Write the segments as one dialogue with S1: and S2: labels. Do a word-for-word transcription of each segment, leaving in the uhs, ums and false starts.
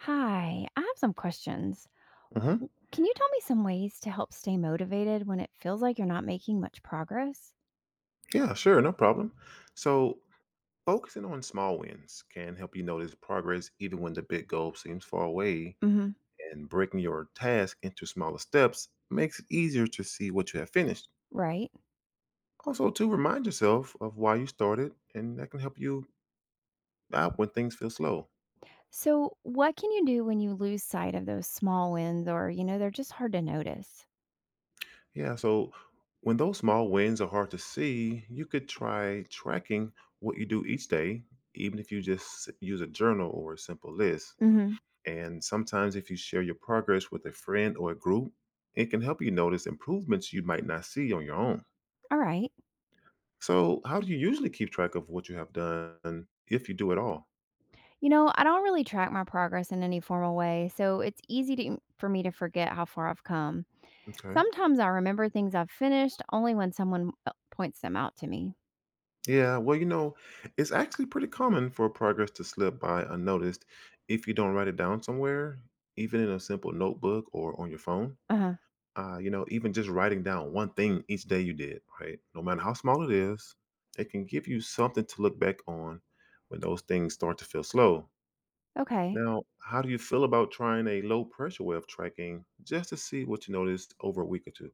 S1: Hi, I have some questions.
S2: Hmm.
S1: W- Can you tell me some ways to help stay motivated when it feels like you're not making much progress?
S2: Yeah, sure, no problem. So, focusing on small wins can help you notice progress even when the big goal seems far away,
S1: Hmm
S2: and breaking your task into smaller steps makes it easier to see what you have finished.
S1: Right.
S2: Also, to remind yourself of why you started, and that can help you out when things feel slow.
S1: So, what can you do when you lose sight of those small wins or, you know, they're just hard to notice?
S2: Yeah, so when those small wins are hard to see, you could try tracking what you do each day, even if you just use a journal or a simple list.
S1: Hmm
S2: And sometimes, if you share your progress with a friend or a group, it can help you notice improvements you might not see on your own.
S1: All right.
S2: So, how do you usually keep track of what you have done, if you do at all?
S1: You know, I don't really track my progress in any formal way, so it's easy to, for me to forget how far I've come.
S2: Okay.
S1: Sometimes I remember things I've finished only when someone uh, points them out to me.
S2: Yeah, well, you know, it's actually pretty common for progress to slip by unnoticed if you don't write it down somewhere, even in a simple notebook or on your phone.
S1: Uh huh.
S2: Uh, you know, even just writing down one thing each day you did, right? No matter how small it is, it can give you something to look back on when those things start to feel slow.
S1: Okay.
S2: Now, how do you feel about trying a low pressure way of tracking just to see what you notice over a week or two.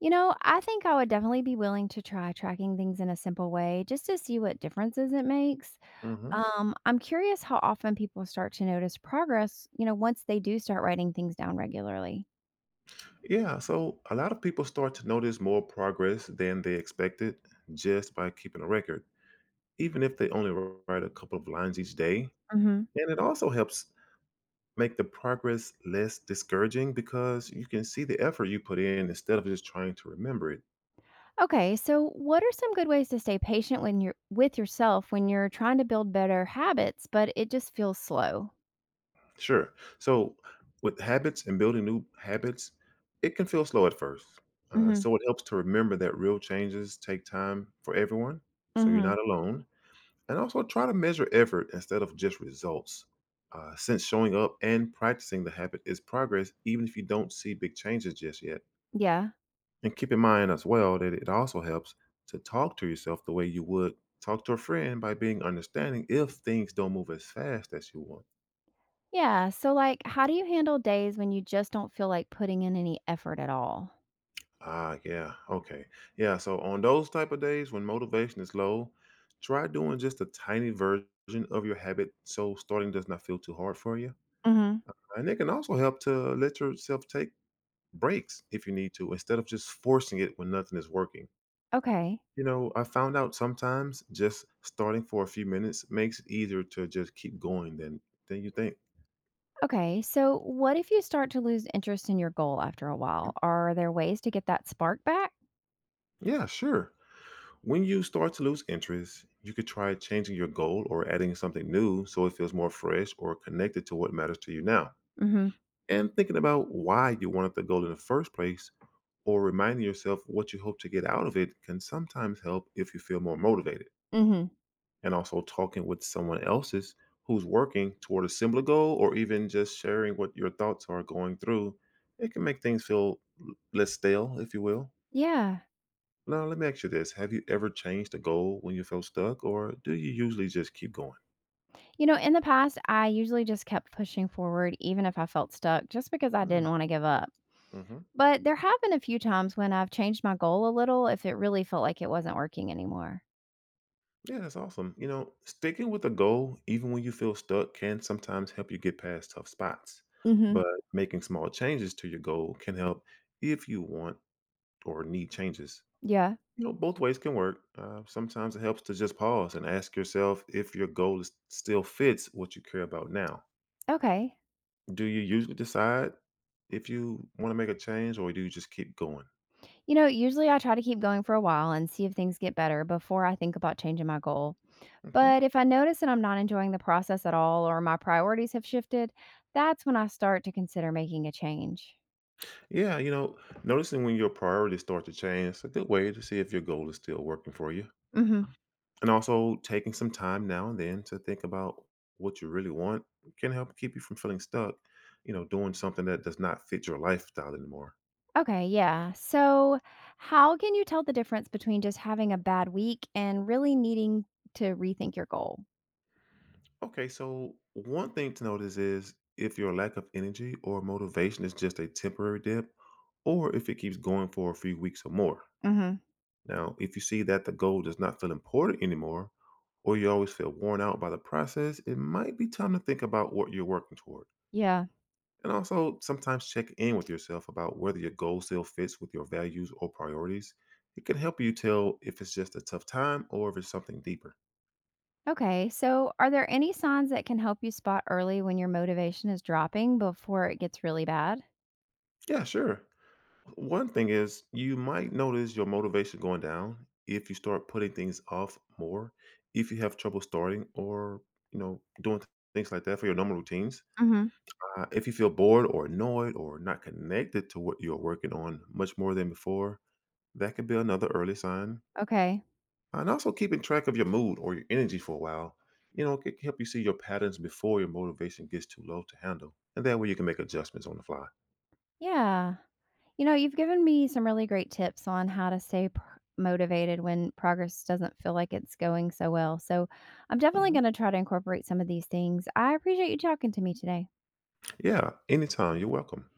S1: You know, I think I would definitely be willing to try tracking things in a simple way just to see what differences it makes.
S2: Hmm.
S1: Um, I'm curious how often people start to notice progress, you know, once they do start writing things down regularly.
S2: Yeah, so a lot of people start to notice more progress than they expected just by keeping a record, even if they only write a couple of lines each day.
S1: Hmm
S2: And it also helps make the progress less discouraging because you can see the effort you put in instead of just trying to remember it.
S1: Okay, so what are some good ways to stay patient when you're with yourself when you're trying to build better habits, but it just feels slow?
S2: Sure. So, with habits and building new habits, it can feel slow at first. Uh,
S1: Hmm
S2: so, it helps to remember that real changes take time for everyone. So, you're
S1: hmm
S2: not alone. And also, try to measure effort instead of just results. Uh, since showing up and practicing the habit is progress, even if you don't see big changes just yet.
S1: Yeah.
S2: And keep in mind as well that it also helps to talk to yourself the way you would talk to a friend by being understanding if things don't move as fast as you want.
S1: Yeah, so like how do you handle days when you just don't feel like putting in any effort at all?
S2: Ah, yeah. Okay. Yeah. So on those type of days when motivation is low, try doing just a tiny version of your habit so starting does not feel too hard for you.
S1: Hmm
S2: And it can also help to let yourself take breaks if you need to instead of just forcing it when nothing is working.
S1: Okay.
S2: You know, I found out sometimes just starting for a few minutes makes it easier to just keep going than than you think.
S1: Okay, so what if you start to lose interest in your goal after a while? Are there ways to get that spark back?
S2: Yeah, sure. When you start to lose interest, you could try changing your goal or adding something new so it feels more fresh or connected to what matters to you now.
S1: Mhm.
S2: And thinking about why you wanted the goal in the first place or reminding yourself what you hope to get out of it can sometimes help if you feel more motivated.
S1: Mhm.
S2: And also talking with someone else's who's working toward a similar goal or even just sharing what your thoughts are going through, it can make things feel less stale, if you will.
S1: Yeah.
S2: Now, let me ask you this. Have you ever changed a goal when you felt stuck, or do you usually just keep going?
S1: You know, in the past, I usually just kept pushing forward, even if I felt stuck, just because I
S2: Mm,
S1: didn't want to give up.
S2: hmm.
S1: But there have been a few times when I've changed my goal a little if it really felt like it wasn't working anymore.
S2: Yeah, that's awesome. You know, sticking with a goal, even when you feel stuck, can sometimes help you get past tough spots.
S1: Mhm.
S2: But making small changes to your goal can help if you want or need changes.
S1: Yeah.
S2: You know, both ways can work. Uh, sometimes it helps to just pause and ask yourself if your goal is, still fits what you care about now.
S1: Okay.
S2: Do you usually decide if you want to make a change, or do you just keep going?
S1: You know, usually I try to keep going for a while and see if things get better before I think about changing my goal. But if I notice that I'm not enjoying the process at all or my priorities have shifted, that's when I start to consider making a change.
S2: Yeah, you know, noticing when your priorities start to change is a good way to see if your goal is still working for you.
S1: Hmm
S2: And also, taking some time now and then to think about what you really want can help keep you from feeling stuck, you know, doing something that does not fit your lifestyle anymore.
S1: Okay, yeah. So, how can you tell the difference between just having a bad week and really needing to rethink your goal?
S2: Okay, so one thing to notice is if your lack of energy or motivation is just a temporary dip, or if it keeps going for a few weeks or more.
S1: Hmm
S2: Now, if you see that the goal does not feel important anymore, or you always feel worn out by the process, it might be time to think about what you're working toward.
S1: Yeah.
S2: And also, sometimes check in with yourself about whether your goal still fits with your values or priorities. It can help you tell if it's just a tough time or if it's something deeper.
S1: Okay, so are there any signs that can help you spot early when your motivation is dropping before it gets really bad?
S2: Yeah, sure. One thing is, you might notice your motivation going down if you start putting things off more, if you have trouble starting or, you know, doing things like that for your normal routines.
S1: Hmm
S2: Uh, if you feel bored or annoyed or not connected to what you're working on much more than before, that could be another early sign.
S1: Okay,
S2: And also keeping track of your mood or your energy for a while, you know, it can help you see your patterns before your motivation gets too low to handle. And that way you can make adjustments on the fly.
S1: yeah. You know, you've given me some really great tips on how to stay pr- motivated when progress doesn't feel like it's going so well. So, I'm definitely
S2: Mhm.
S1: going to try to incorporate some of these things. I appreciate you talking to me today.
S2: Yeah, anytime. You're welcome.